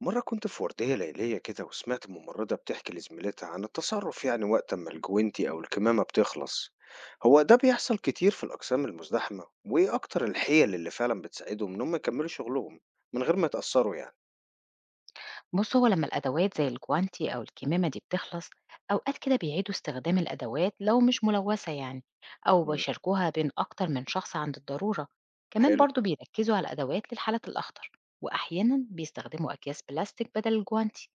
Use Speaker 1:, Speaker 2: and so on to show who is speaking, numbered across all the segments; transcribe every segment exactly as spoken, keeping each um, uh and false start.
Speaker 1: مرة كنت في وردية ليلية كده وسمعت ممرضة بتحكي لزميلتها عن التصرف يعني وقت ما الجوينتي أو الكمامة بتخلص. هو ده بيحصل كتير في الأقسام المزدحمة، وإيه أكتر الحيل اللي فعلا بتساعدهم إن هم يكملوا شغلهم من غير ما يتأثروا يعني؟
Speaker 2: بُص، هو لمّا الأدوات زي الجوانتي أو الكمامة دي بتخلص، أوقات كده بيعيدوا استخدام الأدوات لو مش ملوثة يعني، أو
Speaker 1: مم.
Speaker 2: بيشاركوها بين أكتر من شخص عند الضرورة. كمان
Speaker 1: حلو.
Speaker 2: برضه بيركزوا على الأدوات للحالات الأخطر، وأحيانًا بيستخدموا أكياس بلاستيك بدل الجوانتي.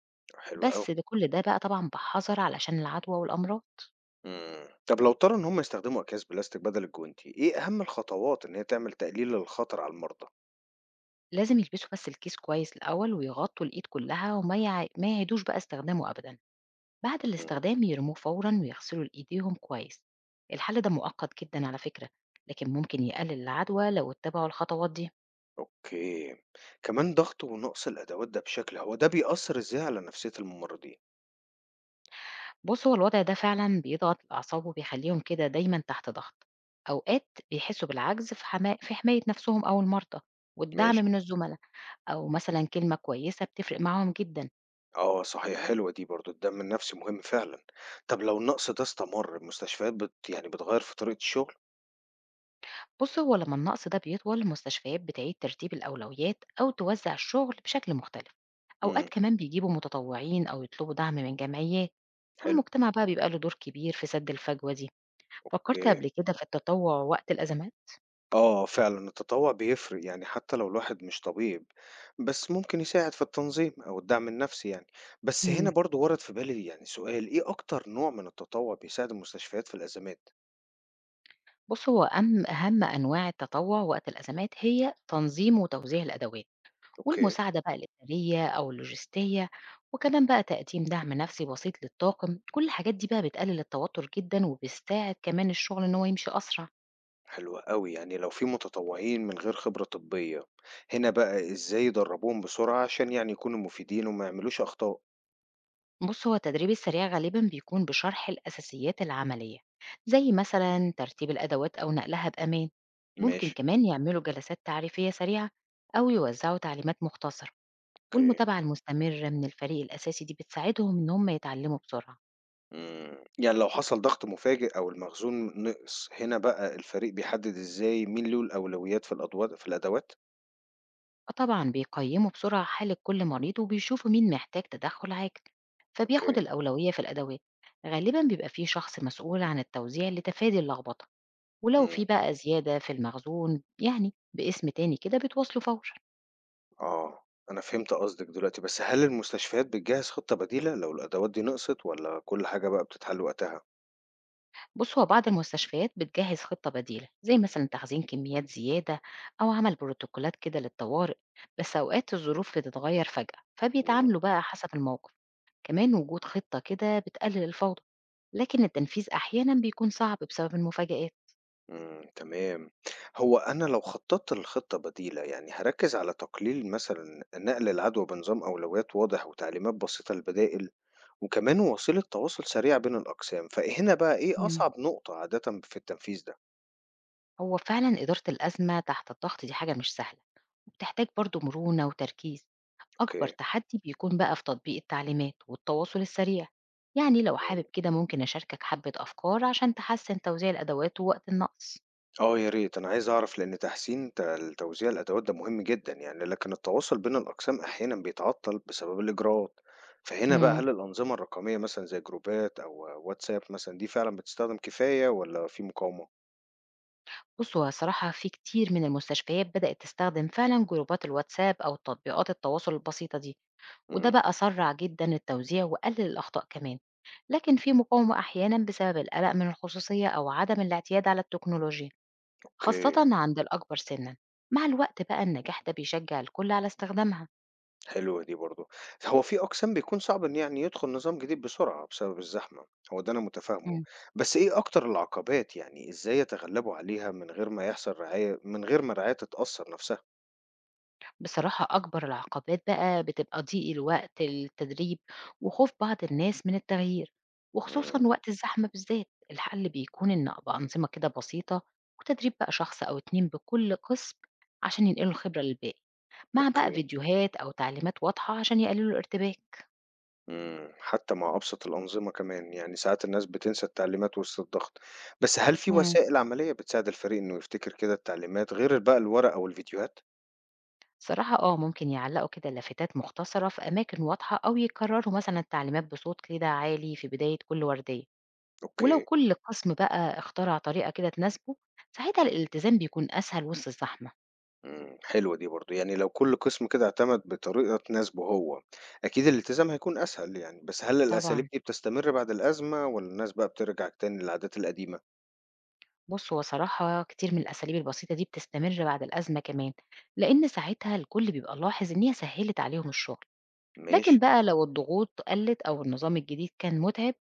Speaker 1: حلو أوي.
Speaker 2: بس ده كل ده بقى طبعًا بحذر علشان العدوى والأمراض.
Speaker 1: مم. طب لو اضطروا إن هم يستخدموا أكياس بلاستيك بدل الجوينتي، إيه أهم الخطوات إن هي تعمل تقليل للخطر على المرضى؟
Speaker 2: لازم يلبسوا بس الكيس كويس الأول ويغطوا الإيد كلها وما يع ما يعيدوش بقى استخدامه أبدًا. بعد
Speaker 1: مم.
Speaker 2: الاستخدام يرموه فورا ويغسلوا لإيديهم كويس. الحل ده مؤقت جدا على فكرة، لكن ممكن يقلل العدوى لو اتبعوا الخطوات دي.
Speaker 1: أوكي. كمان ضغط ونقص الأدوات ده بشكل، هو ده بيأثر إزاي على نفسية الممرضين؟
Speaker 2: بص، هو الوضع ده فعلا بيضغط الأعصاب وبيخليهم كده دايما تحت ضغط. أوقات بيحسوا بالعجز في, حما... في حماية نفسهم أو المرضى والدعم
Speaker 1: ماشي.
Speaker 2: من الزملاء، أو مثلا كلمة كويسة بتفرق معاهم جدا.
Speaker 1: آه صحيح، حلوة دي برضه، الدَّعم النفسي مهم فعلًا. طب لو النقص ده استمر المستشفيات بت يعني بتغيّر في طريقة الشغل؟
Speaker 2: بص، هو لما النقص ده بيطول المستشفيات بتعيد ترتيب الأولويات أو توزع الشغل بشكل مختلف.
Speaker 1: إمم،
Speaker 2: أوقات كمان بيجيبوا متطوعين أو يطلبوا دعم من جمعيات،
Speaker 1: حلو،
Speaker 2: والمجتمع بقى بيبقى له دور كبير في سد الفجوة دي، فكرت
Speaker 1: أوكي.
Speaker 2: قبل كده في التطوع وقت الأزمات؟
Speaker 1: آه فعلًا التطوع بيفرق يعني، حتى لو الواحد مش طبيب، بس ممكن يساعد في التنظيم أو الدعم النفسي يعني. بس هنا
Speaker 2: مم.
Speaker 1: برضه ورد في بالي يعني سؤال، إيه أكتر نوع من التطوع بيساعد المستشفيات في الأزمات؟
Speaker 2: بُص، هو أم أهم أنواع التطوع وقت الأزمات هي تنظيم وتوزيع الأدوات،
Speaker 1: أوكي،
Speaker 2: والمساعدة بقى الإدارية أو اللوجستية، وكمان بقى تقديم دعم نفسي بسيط للطاقم، كل الحاجات دي بقى بتقلل التوتر جدًا وبتساعد كمان الشغل إن هو يمشي أسرع.
Speaker 1: حلو أوي، يعني لو في متطوعين من غير خبرة طبية، هنا بقى إزاي يدربوهم بسرعة عشان يعني يكونوا مفيدين وما يعملوش أخطاء؟
Speaker 2: بص، هو التدريب السريع غالبا بيكون بشرح الأساسيات العملية زي مثلا ترتيب الأدوات أو نقلها بأمان. ممكن
Speaker 1: ماشي.
Speaker 2: كمان يعملوا جلسات تعريفية سريعة أو يوزعوا تعليمات مختصرة،
Speaker 1: أوكي،
Speaker 2: والمتابعة المستمرة من الفريق الأساسي دي بتساعدهم إن هم يتعلموا بسرعة.
Speaker 1: إمم، يعني لو حصل ضغط مفاجئ أو المخزون نِقِص، هنا بقى الفريق بيحدد إزاي مين له الأولويات في الأدوات في الأدوات؟
Speaker 2: وطبعا بيقيموا بسرعة حالة كل مريض وبيشوفوا مين محتاج تدخل عاجل فبياخد
Speaker 1: أوكي،
Speaker 2: الأولوية في الأدوات. غالبا بيبقى فيه شخص مسؤول عن التوزيع لتفادي اللخبطة، ولو
Speaker 1: إمم،
Speaker 2: في بقى زيادة في المخزون يعني باسم تاني كده بتوصله فورا.
Speaker 1: آه، أنا فهمت قصدِك دلوقتي، بس هل المستشفيات بتجهّز خطة بديلة لو الأدوات دي نِقصت والّا كل حاجة بقى بتتحل وقتها؟
Speaker 2: بص، هو بعض المستشفيات بتجهز خطة بديلة زي مثلا تخزين كميات زيادة أو عمل بروتوكولات كده للطوارئ، بس أوقات الظروف بتتغير فجأة
Speaker 1: إمم،
Speaker 2: فبيتعاملوا بقى حسب الموقف. كمان وجود خطة كده بتقلل الفوضى، لكن التنفيذ أحيانا بيكون صعب بسبب المفاجآت.
Speaker 1: إمم، تمام. هو أنا لو خطّطت لخطة بديلة يعني هاركّز على تقليل مثلًا نقل العدوى بنظام أولويات واضح وتعليمات بسيطة للبدائل؟ وكمان وسيلة تواصل سريع بين الأقسام، فهنا بقى إيه
Speaker 2: مم.
Speaker 1: أصعب نقطة عادة في التنفيذ ده؟
Speaker 2: هو فعلا إدارة الأزمة تحت الضغط دي حاجة مش سهلة، وبتحتاج برضو مرونة وتركيز. أكبر
Speaker 1: أوكي.
Speaker 2: تحدي بيكون بقى في تطبيق التعليمات والتواصل السريع. يعني لو حابب
Speaker 1: مم.
Speaker 2: كده ممكن أشاركك حبة أفكار عشان تحسن توزيع الأدوات ووقت النقص.
Speaker 1: اه يا ريت، انا عايز اعرف، لان تحسين ت- توزيع الادوات ده مهم جدا يعني، لكن التواصل بين الاقسام احيانا بيتعطل بسبب الاجراءات، فهنا بقى
Speaker 2: مم.
Speaker 1: هل الانظمه الرقميه مثلا زي جروبات او واتساب مثلا دي فعلا بتستخدم كفايه ولا في مقاومه؟
Speaker 2: بصوا صراحة في كتير من المستشفيات بدأت تستخدم فعلا جروبات الواتساب أو تطبيقات التواصل البسيطة دي، وده
Speaker 1: مم.
Speaker 2: بقى سرع جدا التوزيع وقلل الأخطاء كمان. لكن في مقاومة أحيانا بسبب القلق من الخصوصية أو عدم الاعتياد على التكنولوجيا، خاصة
Speaker 1: اوكي.
Speaker 2: عند الأكبر سنا. مع الوقت بقى النجاح ده بيشجع الكل على استخدامها.
Speaker 1: حلوة دي برضه. هو في أقسام بيكون صعب إن يعني يدخل نظام جديد بسرعة بسبب الزحمة، هو ده أنا متفاهمه، بس إيه أكتر العقبات، يعني إزاي يتغلبوا عليها من غير ما يحصل رعاية من غير ما الرعاية تتأثر نفسها؟
Speaker 2: بصراحة أكبر العقبات بقى بتبقى ضيق الوقت التدريب، وخوف بعض الناس من التغيير، وخصوصا
Speaker 1: إمم،
Speaker 2: وقت الزحمة بالذات. الحل بيكون إن أبقى أنظمة كده بسيطة، وتدريب بقى شخص أو اتنين بكل قسم عشان ينقلوا الخبرة للباقي، مع بقى
Speaker 1: أوكي،
Speaker 2: فيديوهات أو تعليمات واضحة عشان يقللوا الارتباك.
Speaker 1: إمم، حتى مع أبسط الأنظمة كمان، يعني ساعات الناس بتنسى التعليمات وسط الضغط، بس هل في
Speaker 2: مم.
Speaker 1: وسائل عملية بتساعد الفريق إنه يفتكر كده التعليمات غير بقى الورق أو الفيديوهات؟
Speaker 2: صراحة اه ممكن يعلقوا كده لافتات مختصرة في أماكن واضحة أو يكرروا مثلا التعليمات بصوت كده عالي في بداية كل وردية. ولو
Speaker 1: أوكي.
Speaker 2: كل قسم بقى اخترع طريقة كده تناسبه ساعتها الالتزام بيكون أسهل وسط الزحمة.
Speaker 1: إمم، حلوة دي برضه، يعني لو كل قسم كده اعتمد بطريقة تناسبه هو، أكيد الالتزام هيكون أسهل يعني، بس هل الأساليب
Speaker 2: طبعا.
Speaker 1: دي بتستمر بعد الأزمة والّا الناس بقى بترجع تاني للعادات القديمة؟
Speaker 2: بص، هو صراحة كتير من الأساليب البسيطة دي بتستمر بعد الأزمة كمان، لأن ساعتها الكل بيبقى لاحظ إن هي سهلت عليهم الشغل.
Speaker 1: ماشي،
Speaker 2: لكن بقى لو الضغوط قلت أو النظام الجديد كان متعب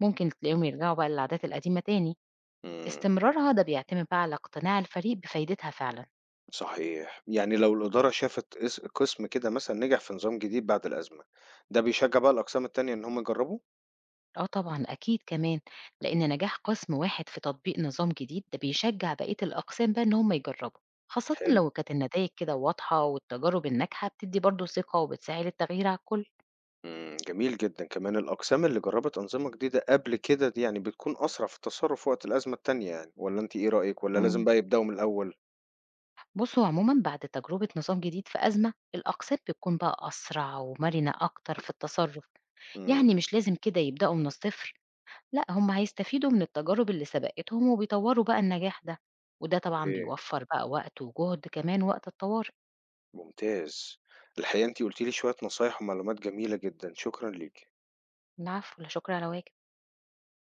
Speaker 2: ممكن تلاقيهم يرجعوا بقى للعادات القديمة تاني.
Speaker 1: إمم،
Speaker 2: استمرارها ده بيعتمد بقى على اقتناع الفريق بفايدتها فعلا.
Speaker 1: صحيح، يعني لو الإدارة شافت قس قسم كده مثلًا نجح في نظام جديد بعد الأزمة، ده بيشجع بقى الأقسام التانية إن هم يجربوه؟
Speaker 2: آه طبعًا أكيد كمان، لإن نجاح قسم واحد في تطبيق نظام جديد ده بيشجع بقية الأقسام بقى إن هم يجربوا، خاصةً
Speaker 1: حلو،
Speaker 2: لو كانت النتايج كده واضحة، والتجارب الناجحة بتدي برضه ثقة وبتسهل التغيير على الكل.
Speaker 1: إمم، جميل جدًا، كمان الأقسام اللي جربت أنظمة جديدة قبل كده دي يعني بتكون أسرع في التصرف وقت الأزمة التانية يعني، والّا أنتِ إيه رأيك والّا لازم
Speaker 2: مم.
Speaker 1: بقى يبدأوا من الأول؟
Speaker 2: بص، هو عمومًا بعد تجربة نظام جديد في أزمة، الأقسام بتكون بقى أسرع ومرنة أكتر في التصرف،
Speaker 1: إمم،
Speaker 2: يعني مش لازم كده يبدأوا من الصفر، لأ هم هيستفيدوا من التجارب اللي سبقتهم وبيطوروا بقى النجاح ده، وده طبعًا
Speaker 1: أوكي.
Speaker 2: بيوفر بقى وقت وجهد كمان وقت الطوارئ.
Speaker 1: ممتاز. الحقيقة انتي قلتيلي شوية نصايح ومعلومات جميلة جدا، شكرا ليك.
Speaker 2: العفو، لا شكر على واجب.